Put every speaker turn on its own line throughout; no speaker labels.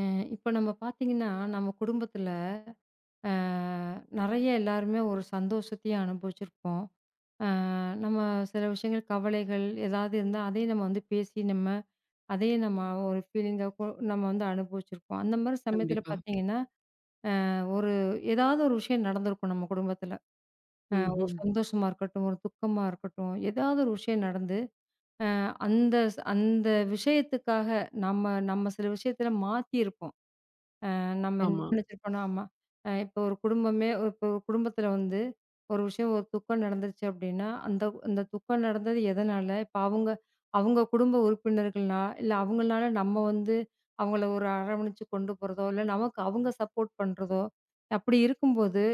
அ இப்ப நம்ம பார்த்தீங்கன்னா, நம்ம குடும்பத்தில அ நெறைய எல்லாருமே ஒரு சந்தோஷத்தையும் அனுபவிச்சிருப்போம். அ நம்ம சில விஷயங்கள், கவலைகள் ஏதாவது இருந்தா, அதையும் நம்ம வந்து பேசி நம்ம ஒரு ஃபீலிங்கா கொ நம்ம வந்து அனுபவிச்சிருப்போம். அந்த மாரி சமயத்தில
கண்டிப்பா.
பார்த்தீங்கன்னா, அ ஒரு ஏதாவது ஒரு விஷயம் நடந்திருக்கும் நம்ம குடும்பத்தில. ஒரு
ம்ஹ்ம்.
சந்தோஷமா இருக்கட்டும், ஒரு துக்கமா இருக்கட்டும், ஏதாவது ஒரு விஷயம் நடந்து, அந்த விஷயத்துக்காக நம்ம நம்ம சில விஷயத்தில மாத்தியிருப்போம். நம்ம என்ன
ஆமா.
நினைச்சிருப்போம்னா, ஆமா. இப்போ ஒரு குடும்பமே இப்போ ஒரு குடும்பத்தில வந்து ஒரு விஷயம் ஒரு துக்கம் நடந்துருச்சு அப்டின்னா, அந்த அந்த துக்கம் நடந்தது எதனால? இப்ப அவங்க அவங்க குடும்ப உறுப்பினர்கள்னா, இல்ல அவங்கனால நம்ம வந்து அவங்கள ஒரு அரவணைச்சு கொண்டு போறதோ, இல்ல நமக்கு அவங்க சப்போர்ட் பண்றதோ, அப்படி இருக்கும்போது,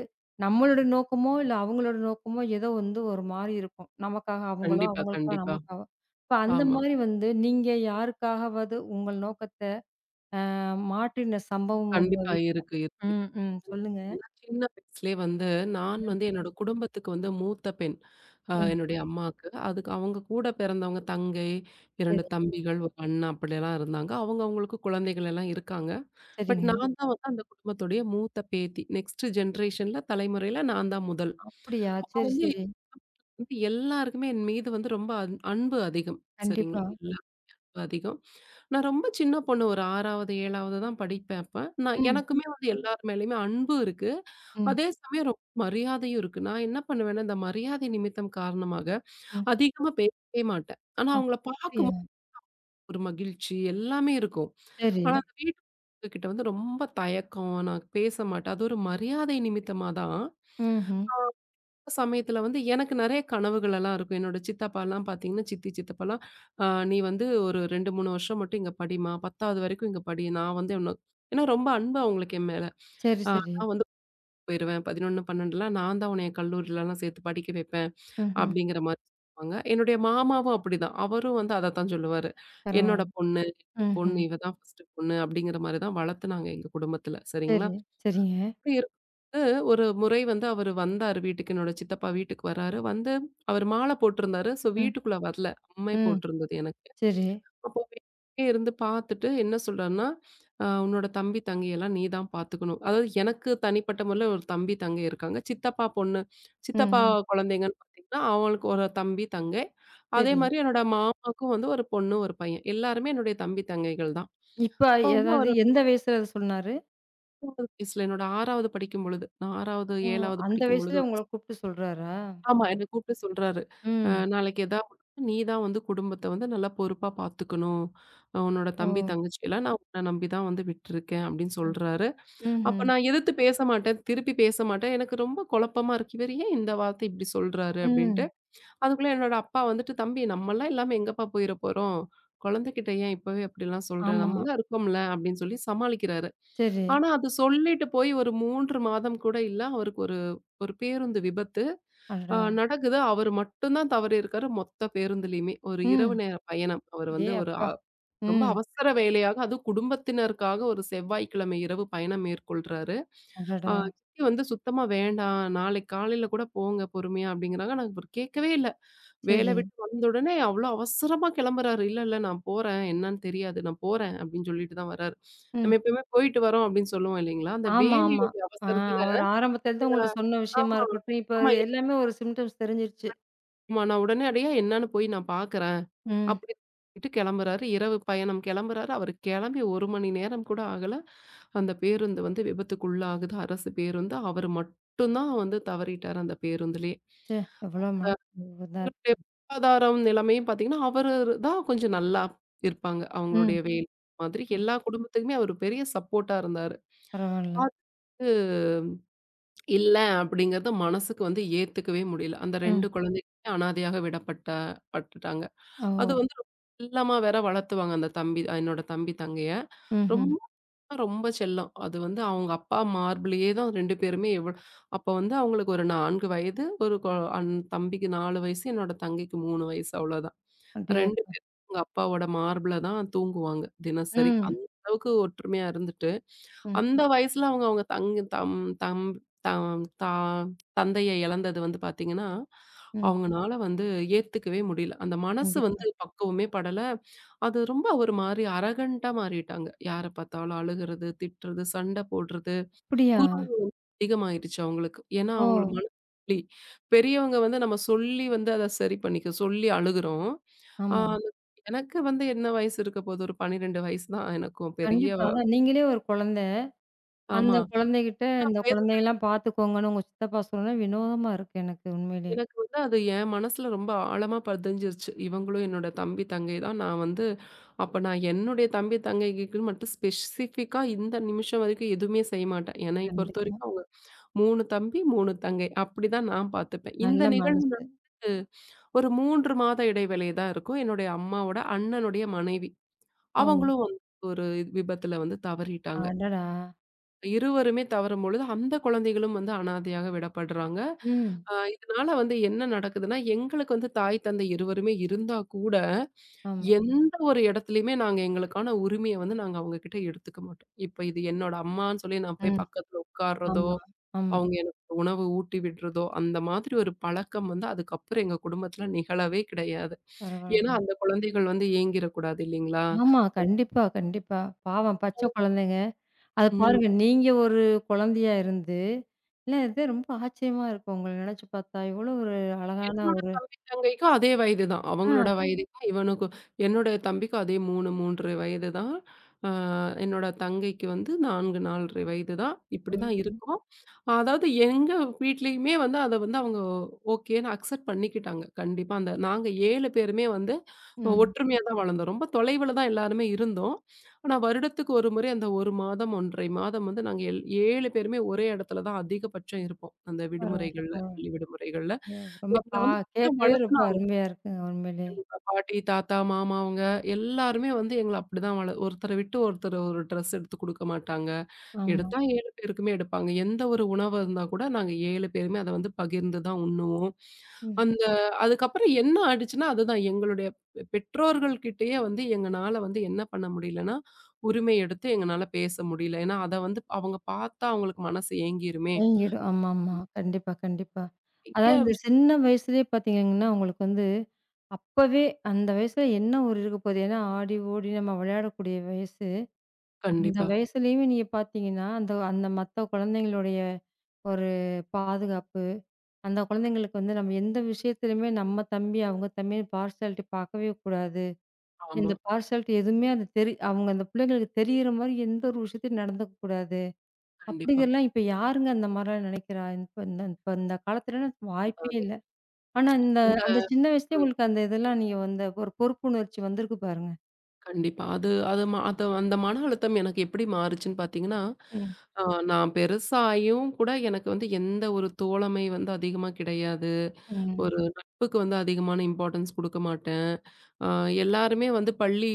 நம்மளோட நோக்கமோ, இல்ல அவங்களோட நோக்கமோ ஏதோ வந்து ஒரு மாரி இருக்கும். நமக்காக அவங்களோ,
கண்டிப்பா,
அவங்களுக்காக
கண்டிப்பா.
நமக்காக. இப்ப அந்த
ஆமா.
மாரி வந்து நீங்க யாருக்காகவாவது உங்கள் நோக்கத்த மாட்டின சம்பவம் உங்க
கண்டிப்பா
வீட்ல.
இருக்கு, இருக்கு.
ம், ம். சொல்லுங்க.
ஏன்னா சின்ன வயசுலயே வந்து நான்
ம்,
வந்து என்னோட குடும்பத்துக்கு வந்து மூத்த பெண்.
ம்.
என்னுடைய அம்மாக்கு. அதுக்கு அவங்க கூட பிறந்தவங்க தங்கை,
சரி,
2 தம்பிகள், ஒரு அண்ணா அப்படிலாம் இருந்தாங்க. அவங்க அவங்களுக்கு குழந்தைகள் எல்லாம் இருக்காங்க. பட்
சரிங்க.
நான் தான் வந்து அந்த குடும்பத்துடைய மூத்த பேத்தி. நெக்ஸ்ட் ஜெனரேஷன்ல தலைமுறையில நான் தான் முதல்.
அப்படியா? சரி,
வந்து
சரி.
வந்து எல்லாருக்குமே என் மீது வந்து ரொம்ப அன்பு அதிகம்.
கண்டிப்பா.
சரிங்களா? அதிகம். நான் ரொம்ப சின்ன பொண்ணு ஒரு 6வது, 7வது தான் படிப்பேன் அப்ப. நான்
ம்,
எனக்குமே வந்து எல்லார் மேலயுமே அன்பு இருக்கு.
ம்,
அதே சமயம் ரொம்ப மரியாதையும் இருக்கு. நான் என்ன பண்ணுவேன்னா, இந்த மரியாதை நிமித்தம் காரணமாக
ம்.
அதிகமா பேசவே மாட்டேன். ஆனா அவங்கள
அப்படியா?
பார்க்கும்போது ஒரு மகிழ்ச்சி எல்லாமே இருக்கும்.
சரி.
ஆனா அந்த வீட்டு கிட்ட வந்து ரொம்ப தயக்கம். நான் பேச மாட்டேன். அது ஒரு மரியாதை நிமித்தமா தான்.
ம்ஹ்ம்.
சமயத்துல வந்து எனக்கு நெறைய கனவுகள் எல்லாம் இருக்கும். என்னோட சித்தப்பாலாம் பார்த்தீங்கன்னா, சித்தி, சித்தப்பாலாம் "அ நீ வந்து ஒரு 2, 3 வருஷம் மட்டும் இங்க படிம்மா. 10வது வரைக்கும் இங்க படி. நான் வந்து உன்ன." ஏன்னா ரொம்ப அன்பு அவங்களுக்கு என் மேல.
சரி,
"அ
சரி.
நான் வந்து போயிருவேன். 11, 12லாம் நான் தான் உன்னைய கல்லூரிலலாம் சேர்த்து படிக்க வைப்பேன்."
ம்ஹ்ம்.
அப்படிங்கிற மாரி சொல்லுவாங்க. என்னுடைய மாமாவும் அப்படிதான். அவரும் வந்து அதத்தான் சொல்லுவாரு.
பரவால்ல.
"என்னோட பொண்ணு
ம்ஹ்ம்.
இவ தான் ஃபர்ஸ்ட்டு பொண்ணு." அப்படிங்கிற மாரி தான் வளர்த்துனாங்க எங்க குடும்பத்துல. சரிங்களா?
சரி, சரிங்க.
அப்படி இருக்கும்போது ஒரு முறை வந்து அவரு வந்தாரு வீட்டுக்கு. என்னோட சித்தப்பா வீட்டுக்கு வராரு. வந்து அவரு மாலை போட்டிருந்தாரு. ஸோ
ம்,
வீட்டுக்குள்ள வரல. அம்மை
ம்.
போட்டிருந்தது எனக்கு.
சரி.
அப்போ வெளியே இருந்து பார்த்துட்டு என்ன சொல்றாருன்னா, உன்னோட தம்பி, தங்கையெல்லாம் நீ தான் பார்த்துக்கணும்." அதாவது எனக்கு தனிப்பட்ட முறையில ஒரு தம்பி, தங்கை இருக்காங்க. சித்தப்பா பொண்ணு சித்தப்பா
ம்ஹ்ம்.
குழந்தைங்கன்னு பார்த்தீங்கன்னா, அவங்களுக்கு ஒரு தம்பி, தங்கை. அதே
சரி.
மாரி என்னோட மாமாவுக்கும் வந்து ஒரு பொண்ணு, ஒரு பையன். எல்லாருமே என்னுடைய தம்பி, தங்கைகள் தான்.
இப்ப
அப்போ வந்து
ஏதாவது
அவரு
எந்த வயசுல அத சொன்னாரு?
6வது வயசுல என்னோட 6வது படிக்கும் பொழுது. நான் 6வது,
ஓ!
7வது
அந்த
படிக்கும் பொழுது.
வயசுல உங்கள கூப்ட்டு சொல்றாரா?
ஆமா, என்ன கூப்பிட்டு சொல்றாரு.
ம்.
நாளைக்கு எதா ஒண்ணுனா நீ தான் வந்து குடும்பத்த வந்து நல்லா பொறுப்பா பார்த்துக்கணும். உன்னோட
ஓ!
தம்பி, தங்கச்சியெல்லாம் நான் உன்ன நம்பி தான் வந்து விட்டுருக்கேன் அப்படின்னு
ம்.
சொல்றாரு. அப்ப
ம்ஹ்ம்.
நான் எதிர்த்து பேச மாட்டேன். திருப்பி பேச மாட்டேன். எனக்கு ரொம்ப குழப்பமா இருக்கு. இவரு ஏன் இந்த வார்த்தை இப்படி சொல்றாரு? அப்படின்ட்டு.
ம்.
அதுக்குள்ள என்னோட அப்பா வந்துட்டு, "தம்பி, நம்மலாம் இல்லாம எங்கப்பா போயிற போறோம்? குழந்தைகிட்ட ஏன் இப்பவே அப்படிலாம் சொல்ற?
ஆமா.
நம்மலாம் இருக்கோம்ல" அப்படின்னு சொல்லி சமாளிக்கிறாரு.
சரி.
ஆனா அது சொல்லிட்டு போய் ஒரு 3 மாதம் கூட இல்ல. அவருக்கு ஒரு ஒரு பேருந்து விபத்து
அடடா!
நடக்குது. அவரு மட்டும் தான் தவறியிருக்காரு மொத்த பேருந்துலயுமே. ஒரு இரவு
ம்.
நேர பயணம். அவர்
ஏ
வந்து ஒரு
அப்பா!
அ ரொம்ப
ம்.
அவசர வேலையாக அதுவும் குடும்பத்தினருக்காக ஒரு செவ்வாய்க்கிழமை இரவு பயணம் மேற்கொள்றாரு.
அடடா!
சித்தி வந்து சுத்தமா வேண்டாம். நாளைக்கு காலையில கூட போங்க பொறுமையா அப்படிங்கிறாங்க. நான், இவரு கேட்கவே இல்ல. வேலை
சரி.
விட்டு வந்த உடனே அவ்ளோ அவசரமா கெளம்புறாரு. இல்ல, இல்ல, நான் போறேன். என்னன்னு தெரியாது. நான் போறேன் அப்படின்னு சொல்லிட்டு தான் வராரு. நம்ம
ம்.
எப்பயுமே போயிட்டு வரோம் அப்படின்னு சொல்லுவோம் இல்லைங்களா? அந்த
ஆமா, ஆமா.
வேலையுடைய
ஆ
அவசரத்துல.
அவர் ஆரம்பத்துல தான் உங்கள்ட்ட சொன்ன விஷயமா
ஆமா.
இருக்கட்டும், இப்ப
ஆமா.
எல்லாமே ஒரு சிம்ப்டம்ஸ் தெரிஞ்சிருச்சு.
ஆமா. நான் உடனடியா என்னன்னு போய் நான் பார்க்குறேன்.
ம்.
அப்படின்னு சொல்லிட்டு கெளம்புறாரு. இரவு பயணம் கெளம்புறாரு. அவரு கெளம்பி 1 மணி நேரம் கூட ஆகல. அந்த பேருந்து வந்து விபத்துக்குள்ளாகுது. அரசு பேருந்து. அவரு மட்டும் தான் வந்து தவறிட்டாரு அந்த பேருந்துலயே.
ச்சே! எவ்வளோ மனசு இதா இருக்கு.
அவங்களுடைய பொருளாதாரம் நிலைமையும் பார்த்தீங்கன்னா, அவரு தான் கொஞ்சம் நல்லா இருப்பாங்க.
ம்.
அவங்களுடைய வேலை மாதிரி
ம்.
எல்லா குடும்பத்துக்குமே அவரு பெரிய சப்போர்ட்டா இருந்தாரு.
பரவால்ல.
அது இல்ல அப்படிங்கிறது மனசுக்கு வந்து ஏத்துக்கவே முடியல. அந்த
ம்.
2 குழந்தைகளுமே அனாதையாக பட்டுட்டாங்க.
ஓஹோ!
அது வந்து ரொம்ப செல்லமா வேற வளர்த்துவாங்க அந்த தம்பி என்னோட தம்பி, தங்கைய.
ம்ஹ்ம்.
ரொம்ப ரொம்ப செல்லம். அது வந்து அவங்க அப்பா மார்புலயே தான் 2 பேருமே எவ்ளோ. அப்ப வந்து அவங்களுக்கு ஒரு 4 வயது, ஒரு கொ அன் தம்பிக்கு 4 வயசு, என்னோட தங்கைக்கு 3 வயசு அவ்வளோதான்.
அடே
2
அப்பா!
பேரும் அவங்க அப்பாவோட மார்புல தான் தூங்குவாங்க தினசரி.
ம்.
அந்த அளவுக்கு ஒற்றுமையா இருந்துட்டு,
ம்.
அந்த வயசுல அவங்க அவங்க தங் தம் தம் தம் தா தந்தைய இழந்தது வந்து பார்த்தீங்கன்னா
ம்.
அவங்கனால வந்து ஏத்துக்கவே முடியல. அந்த மனசு
கண்டிப்பா.
வந்து பக்குவமே படல. அது ரொம்ப ஒரு மாரி அரகன்ட்டா மாறிட்டாங்க. யார பார்த்தாலும் அழுகுறது, திட்டுறது, சண்டை போடுறது,
அப்படியா?
குறும்பு அதிகமாயிருச்சு அவங்களுக்கு. ஏன்னா
ஓ!
அவங்கள மன புலி. பெரியவங்க வந்து நம்ம சொல்லி வந்து அத சரி பண்ணிக்க சொல்லி அழுகுறோம். ஆ
ஆமா.
எனக்கு வந்து என்ன வயசு இருக்க போது? ஒரு 12 வயசு தான் எனக்கும் பெரிய.
கண்டிப்பா. அதான் நீங்களே ஒரு குழந்தை. அந்த
ஆமா.
குழந்தைகிட்ட இந்த குழந்தைங்கலாம் பார்த்துக்கோங்கன்னு உங்க சித்தப்பா சொன்னா வினோதமா இருக்கு எனக்கு உண்மையிலேயே.
எனக்கு வந்து அது என் மனசுல ரொம்ப ஆழமா பதிஞ்சிருச்சு. இவங்களும் என்னோட தம்பி, தங்கை தான். நான் வந்து அப்ப நான் என்னுடைய தம்பி, தங்கைக்குன்னு மட்டும் ஸ்பெசிஃபிக்கா இந்த நிமிஷம் வரைக்கும் எதுவுமே செய்ய மாட்டேன். ஏன்னா
கண்டிப்பா.
பொறுத்தவரைக்கும் அவங்க 3 தம்பி, 3 தங்கை. அப்படிதான் நான் பார்த்துப்பேன். இந்த
நல்ல
நிகழ்வு வந்து
மனசு.
ஒரு 3 மாத இடைவேளை தான் இருக்கும். என்னுடைய அம்மாவோட அண்ணனுடைய மனைவி,
ஓ!
அவங்களும் வந்து ஒரு விபத்துல வந்து தவறிட்டாங்க.
அடடா!
இருவருமே தவறும்பொழுது, அந்த குழந்தைகளும் வந்து அனாதையாக விடப்படுறாங்க.
ம்.
இதனால வந்து என்ன நடக்குதுன்னா, எங்களுக்கு வந்து தாய், தந்தை இருவருமே இருந்தா கூட,
ஆமா.
எந்த ஒரு இடத்துலயுமே நாங்க எங்களுக்கான உரிமைய வந்து நாங்க அவங்க கிட்ட எடுத்துக்க மாட்டோம். இப்ப இது என்னோட அம்மான்னு சொல்லி நான் போய்
ம்.
பக்கத்துல உட்கார்றதோ,
ஆமா, ஆமா.
அவங்க எனக்கு உணவு ஊட்டி விடுறதோ, அந்த மாதிரி ஒரு பழக்கம் வந்து அதுக்கப்புறம் எங்க குடும்பத்துல நிகழவே கிடையாது. ஏன்னா,
பரவாயில்ல.
அந்த குழந்தைகள் வந்து ஏங்கிரக்கூடாது இல்லைங்களா?
ஆமா. கண்டிப்பா, கண்டிப்பா. பாவம் பச்சை குழந்தைங்க. அத
ம்.
பாருங்க நீங்க ஒரு குழந்தையா இருந்து, இல்ல இது ரொம்ப ஆச்சரியமா இருக்கும். உங்கள நினைச்சு பார்த்தா, எவ்வளோ ஒரு அழகான ஒரு
தங்கைக்கும் அதே வயது தான்.
ஆ.
அவங்களோட வயது தான் இவனுக்கும். என்னோட தம்பிக்கும் அதே 3, 3 1/2 வயது தான். ஆ என்னோட தங்கைக்கு வந்து 4, 4 1/2 வயது தான். இப்படி தான்
ம்.
இருக்கும். அதாவது எங்க வீட்லயுமே வந்து அத வந்து அவங்க ஓகேன்னு அக்செப்ட் பண்ணிக்கிட்டாங்க. கண்டிப்பா அந்த நாங்க 7 பேருமே வந்து
ம்.
ஒற்றுமையா தான் வளர்ந்தோம். ரொம்ப தொலைவுல தான் எல்லாருமே இருந்தோம். ஆனா வருடத்துக்கு ஒரு முறை அந்த 1 மாதம், 1 1/2 மாதம் வந்து நாங்க 7 பேருமே ஒரே இடத்துல தான் அதிகபட்சம் இருப்போம். அந்த
பரவாயில்ல,
விடுமுறைகள்ல,
பரவாயில்ல.
பள்ளி விடுமுறைகள்ல.
ஐயோ! ரொம்ப
எங்கள
பா
வந்து
கேட்கவே
வளர்த்து
ரொம்ப அருமையா இருக்குங்க உண்மையிலேயே.
பாட்டி, தாத்தா, மாமா, அவங்க எல்லாருமே வந்து எங்கள அப்படிதான் வள ஒருத்தர விட்டு ஒருத்தர் ஒரு ட்ரெஸ் எடுத்து குடுக்க மாட்டாங்க.
ஆமா.
எடுத்தா 7 பேருக்குமே எடுப்பாங்க. எந்த ஒரு உணவு இருந்தா கூட நாங்க 7 பேருமே அத வந்து பகிர்ந்து தான் உண்ணுவோம்.
ம்.
அந்த அதுக்கப்புறம் என்ன ஆயிடுச்சுன்னா, அதுதான் எங்களுடைய பெற்றோர்கள் கிட்டயே வந்து எங்கனால வந்து என்ன பண்ண முடியலன்னா, உரிமை எடுத்து எங்கனால பேச முடியல. ஏன்னா அத வந்து அவங்க பார்த்தா அவங்களுக்கு மனசு ஏங்கிருமே.
தயங்கிடும். ஆமாமா. கண்டிப்பா, கண்டிப்பா.
நெறைய
அதாவது இந்த
விஷயம்.
சின்ன வயசுலயே பார்த்தீங்கன்னா, உங்களுக்கு வந்து அப்பவே அந்த வயசுல என்ன ஒரு இருக்க போகுது? ஏன்னா ஆடி, ஓடி நம்ம விளையாடக்கூடிய வயசு. அந்த
கண்டிப்பா.
வயசுலயுமே நீங்க பார்த்தீங்கன்னா, அந்த அந்த மத்த குழந்தைங்களுடைய ஒரு பாதுகாப்பு, அந்த குழந்தைங்களுக்கு வந்து நம்ம எந்த விஷயத்திலுமே நம்ம தம்பி, அவங்க தம்பின்னு பார்ஷியாலிட்டி பார்க்கவே கூடாது.
ஆமா.
இந்த பார்ஷியாலிட்டி எதுவுமே அது தெரி அவங்க அந்த பிள்ளைங்களுக்கு தெரியிற மாரி எந்த ஒரு விஷயத்தையும் நடந்துக்க கூடாது.
கண்டிப்பா.
அப்படிங்கிறலாம் இப்ப யாருங்க அந்த மாரிலாம் நினைக்கிறா? இப்ப இந்த காலத்துலலாம்
அதுதான்.
வாய்ப்பே
அது
இல்ல. ஆனா இந்த
அந்த
அந்த சின்ன வயசுலயே உங்களுக்கு அந்த இதெல்லாம் நீங்க வந்த ஒரு பொறுப்புணர்ச்சி வந்திருக்கு பாருங்க.
கண்டிப்பா. அது அது ம அது அந்த மன அழுத்தம் எனக்கு எப்படி மாறுச்சுன்னு பார்த்தீங்கன்னா,
ம்.
அ நான் பெருசாயும் கூட எனக்கு வந்து எந்த ஒரு தோழமை வந்து அதிகமா கிடையாது.
ம்.
ஒரு நட்புக்கு வந்து அதிகமான இம்பார்ட்டன்ஸ் குடுக்க மாட்டேன். அ எல்லாருமே வந்து பள்ளி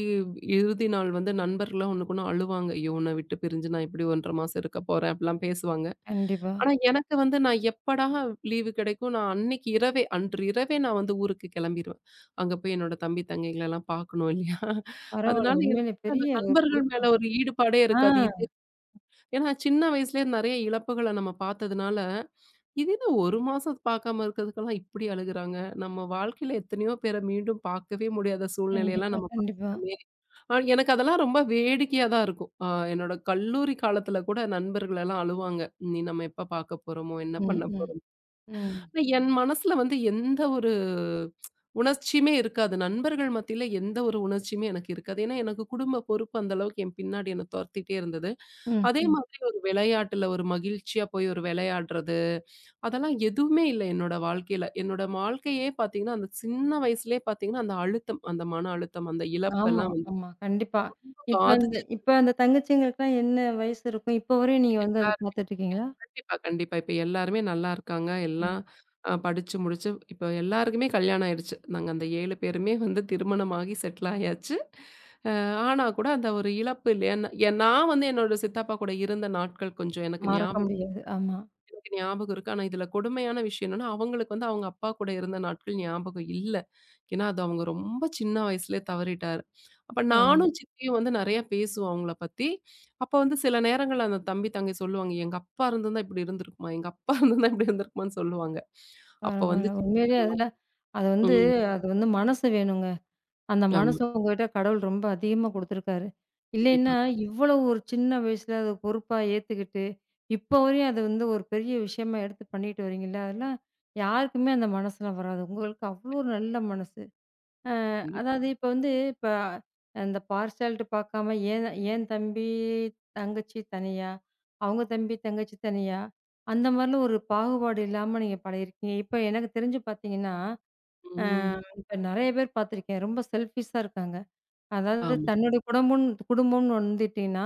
இறுதி நாள் வந்து நண்பர்கள்லாம் ஒண்ணுக்கு ஒண்ணு அழுவாங்க. "ஐயோ! உன்ன விட்டு பிரிஞ்சு நான் இப்படி 1 1/2 மாசம் இருக்க போறேன்." அப்படிலாம் பேசுவாங்க.
கண்டிப்பா.
ஆனா எனக்கு வந்து நான் எப்படா லீவு கிடைக்கும், நான் அன்னைக்கு இரவே, அன்று இரவே நான் வந்து ஊருக்கு கிளம்பிருவேன். அங்க போய் என்னோட தம்பி, தங்கைகளெல்லாம் பார்க்கணும் இல்லையா?
பரவால்ல.
அதனால எனக்கு
உண்மையிலே
அந்த
பெரிய ஒரு
நண்பர்கள்
பொறுப்பு.
மேல ஒரு ஈடுபாடே இருக்காது. இது,
ஆ.
ஏன்னா சின்ன வயசுலயே நெறைய இழப்புகள நம்ம பார்த்ததுனால இது என்ன 1 மாசம் பார்க்காம இருக்கிறதுக்கெல்லாம் இப்படி அழுகுறாங்க? நம்ம வாழ்க்கையில எத்தனையோ பேர மீண்டும் பார்க்கவே முடியாத சூழ்நிலையெல்லாம்
கண்டிப்பா,
நம்ம
கண்டிப்பா.
பார்த்துட்டோமே! எனக்கு அதெல்லாம் ரொம்ப வேடிக்கையா தான் இருக்கும். என்னோட கல்லூரி காலத்துல கூட நண்பர்களெல்லாம் அழுவாங்க. "நீ, நம்ம எப்ப பார்க்க போறோமோ? என்ன
ம்,
பண்ண
ம்,
போறோமோ?"
ம்,
ஆனா என் மனசுல வந்து எந்த ஒரு உணர்ச்சியுமே இருக்காது. நண்பர்கள் மத்தியில எந்த ஒரு உணர்ச்சியுமே எனக்கு இருக்காது. ஏன்னா எனக்கு குடும்ப பொறுப்பு அந்த அளவுக்கு என் பின்னாடி என்ன தொரத்திட்டே இருந்தது.
ம்,
அதே
ம்.
மாதிரி ஒரு விளையாட்டுல ஒரு மகிழ்ச்சியா போய் ஒரு விளையாடுறது அதெல்லாம் எதுவுமே இல்ல என்னோட வாழ்க்கையில. என்னோட வாழ்க்கையே பார்த்தீங்கன்னா, அந்த சின்ன வயசுலயே பார்த்தீங்கன்னா, அந்த அழுத்தம், அந்த மன அழுத்தம், அந்த
ஆமா,
இழப்பெல்லாம் வந்து
ஆமா. கண்டிப்பா. இப்ப அந்த
பாதிச்சிருச்சு
இப்ப அந்த தங்கச்சிங்களுக்குலாம் என்ன வயசு இருக்கும்? இப்ப வரையும் நீங்க வந்து அத
எல்லாருமே.
பார்த்துட்டு இருக்கீங்களா?
கண்டிப்பா, கண்டிப்பா. இப்ப எல்லாருமே நல்லா இருக்காங்க.
ம்.
எல்லாம் படிச்சு முடிச்சு இப்ப எல்லாருக்குமே கல்யாணம் ஆயிடுச்சு. நாங்க அந்த 7 பேருமே வந்து திருமணமாகி செட்டில் ஆயாச்சு. அ ஆனா கூட அந்த ஒரு இழப்பு இல்லையா? நான் வந்து என்னோட சித்தப்பா கூட இருந்த நாட்கள் கொஞ்சம்
மறக்க முடியாது. ஆமா.
எனக்கு ஞாபகம் இருக்கு. ஆனா இதுல கொடுமையான விஷயம் என்னன்னா, அவங்களுக்கு வந்து அவங்க அப்பா கூட இருந்த நாட்கள் ஞாபகம் இல்ல. ஏன்னா, அது அவங்க ரொம்ப சின்ன வயசுலயே தவறிட்டாரு. அப்ப
ஓ!
நானும், சித்தியும் வந்து நெறைய பேசுவோம் அவங்கள பத்தி. அப்ப வந்து சில நேரங்கள்ல அந்த தம்பி, தங்கை சொல்லுவாங்க, "எங்க அப்பா இருந்திருந்தா இப்படி இருந்திருக்குமா? எங்க அப்பா இருந்திருந்தா இப்படி இருந்திருக்குமான்னு" சொல்லுவாங்க. அப்ப
பரவால்ல.
வந்து சித்தி
உண்மையிலே
சொல்லுவாங்க.
அதெல்லாம் அது வந்து
ம்.
அது வந்து மனசு வேணுங்க. அந்த
ஆமா.
மனசு உங்ககிட்ட கடவுள் ரொம்ப அதிகமா குடுத்துருக்காரு.
கண்டிப்பா.
இல்லைன்னா, இவ்வளவு ஒரு சின்ன வயசுல அத பொறுப்பா ஏத்துக்கிட்டு, இப்போ வரையும் அது வந்து ஒரு பெரிய விஷயமா எடுத்து பண்ணிட்டு வரீங்கல்ல, அதெல்லாம் யாருக்குமே அந்த மனசுலாம் வராது. உங்களுக்கு அவ்வளோ ஒரு நல்ல மனசு. அ
ம்.
அதாவது இப்ப இந்த பார்சாலிட்டி பார்க்காம ஏன் ஏன் தம்பி, தங்கச்சி தனியா, அவங்க தம்பி, தங்கச்சி தனியா, அந்த மாரிலாம் ஒரு பாகுபாடு இல்லாம நீங்க பழகியிருக்கீங்க. இப்ப எனக்கு தெரிஞ்சு பார்த்தீங்கன்னா, அ
ம்.
இப்ப நெறைய பேர் பார்த்துருக்கேன். ரொம்ப செல்ஃபிஷா இருக்காங்க. அதாவது
ஆமா,
தன்னுடைய குடும்பம்னு வந்துட்டீன்னா,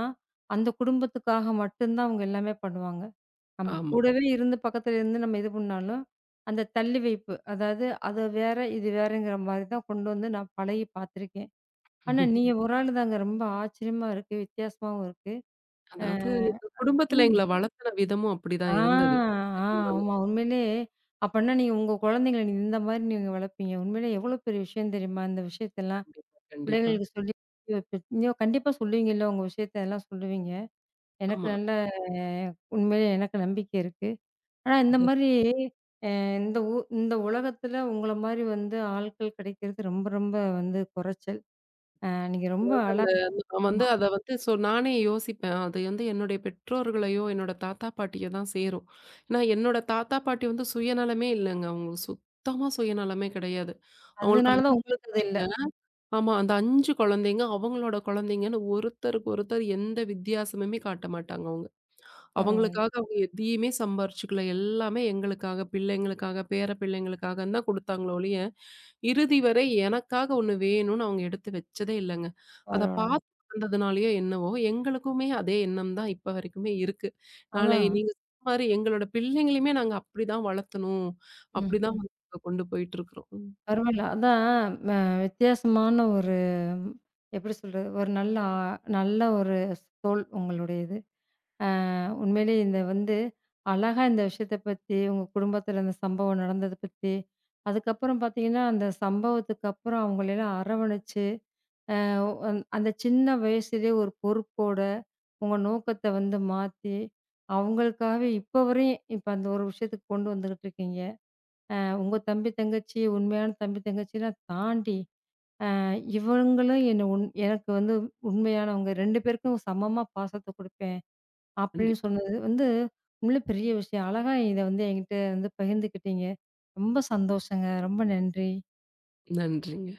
அந்த குடும்பத்துக்காக மட்டும் தான் அவங்க எல்லாமே பண்ணுவாங்க. நம்ம
ஆமா.
கூடவே இருந்து பக்கத்துல இருந்து நம்ம இது பண்ணாலும், அந்த தள்ளி வைப்பு அதாவது அது வேற, இது வேறங்கிற மாரி தான் கொண்டு வந்து நான் பழகி பார்த்துருக்கேன். ஆனா நீங்க ஒரு ஆள் தாங்க ரொம்ப ஆச்சரியமா இருக்கு. வித்தியாசமாவும் இருக்கு. அ
அதாவது எங்க குடும்பத்துல
ம்.
எங்கள வளர்த்துன விதமும்
ஆ,
அப்படிதான் இருந்தது.
ஆ
அதனால
ஆமா உண்மையிலயே அப்பன்னா நீங்க உங்க குழந்தைங்கள இந்த மாரி நீங்க வளர்ப்பீங்க. உண்மையிலயே எவ்வளோ பெரிய விஷயம் தெரியுமா? இந்த விஷயத்தெல்லாம்.
கண்டிப்பா, கண்டிப்பா.
பிள்ளைங்களுக்கு சொல்லி புரிய வைப்ப நீங்க கண்டிப்பா சொல்லுவீங்கல்ல உங்க விஷயத்த எல்லாம் சொல்லுவீங்க. எனக்கு
ஆமா.
நல்ல அஹ், உண்மையிலே எனக்கு நம்பிக்கை இருக்கு. ஆனா இந்த மாரி அ இந்த உ இந்த உலகத்துல உங்கள மாரி வந்து ஆட்கள் கிடைக்கிறது ரொம்ப ரொம்ப வந்து குறைச்சல். அ நீங்க ரொம்ப
அந்த
அழகா
நான் வந்து அத வந்து ஸோ நானே யோசிப்பேன். அது வந்து என்னுடைய பெற்றோர்களையோ, என்னோட தாத்தா, பாட்டியோ தான் சேரும். ஏன்னா, என்னோட தாத்தா, பாட்டி வந்து சுயநலமே இல்லங்க. அவங்களுக்கு சுத்தமா சுயநலமே கிடையாது. அவங்களுக்கு
அதனால தான்
5
உங்களுக்கு அது இல்ல.
குழந்தைங்க. ஆமா. அந்த 5 குழந்தைங்க, அவங்களோட குழந்தைங்கன்னு ஒருத்தருக்கு ஒருத்தர் எந்த வித்தியாசமுமே காட்ட மாட்டாங்க அவங்க.
பரவால்ல,
அவங்களுக்காக அவங்க எதையுமே சம்பாரிச்சுக்கல. எல்லாமே எங்களுக்காக, பிள்ளைங்களுக்காக, பேர பிள்ளைங்களுக்காகன்னு தான் குடுத்தாங்களே ஒழிய, இறுதி வரை எனக்காக ஒண்ணு வேணும்னு அவங்க எடுத்து வச்சதே இல்லங்க. அத, ம்,
பரவால்லங்க.
பார்த்து வந்ததுனாலயோ என்னவோ, எங்களுக்குமே அதே எண்ணம் தான் இப்ப வரைக்குமே இருக்கு. நாளை
அதான்.
நீங்க சொன்ன மாரி எங்களோட பிள்ளைங்களையுமே நாங்க அப்படிதான் வளர்த்தணும்.
ம்,
அப்படிதான்
ம்.
வந்து கொண்டு போயிட்டு இருக்கிறோம். ம்.
பரவால்ல. அதான் ம வித்தியாசமான ஒரு ம், எப்படி சொல்றது? ஒரு நல்ல ஆ நல்ல ஒரு தோள் உங்களுடையது. உண்மையிலேயே இந்த வந்து அழகா இந்த விஷயத்த பத்தி, உங்க குடும்பத்தில இந்த சம்பவம் நடந்தத பத்தி, அதுக்கப்புறம் பார்த்தீங்கன்னா, அந்த சம்பவத்துக்கு அப்புறம் அவங்களெல்லாம் அரவணைச்சு, அந்த சின்ன வயசுலயே ஒரு பொறுப்போட, உங்க நோக்கத்த வந்து மாத்தி, அவங்களுக்காகவே இப்ப வரையும் இப்ப அந்த ஒரு விஷயத்துக்கு கொண்டு வந்துகிட்டு இருக்கீங்க. அ உங்க தம்பி, தங்கச்சி உண்மையான தம்பி, தங்கச்சிலாம் தாண்டி, அ இவங்களும் என்ன உண் எனக்கு வந்து உண்மையானவங்க. 2 பேருக்கும் சமமா பாசத்த குடுப்பேன். அப்படின்னு
கண்டிப்பா.
சொன்னது வந்து உண்மையிலே பெரிய விஷயம். அழகா இத வந்து என்கிட்ட வந்து பகிர்ந்துக்கிட்டீங்க. ரொம்ப சந்தோஷங்க. ரொம்ப நன்றி.
நன்றிங்க.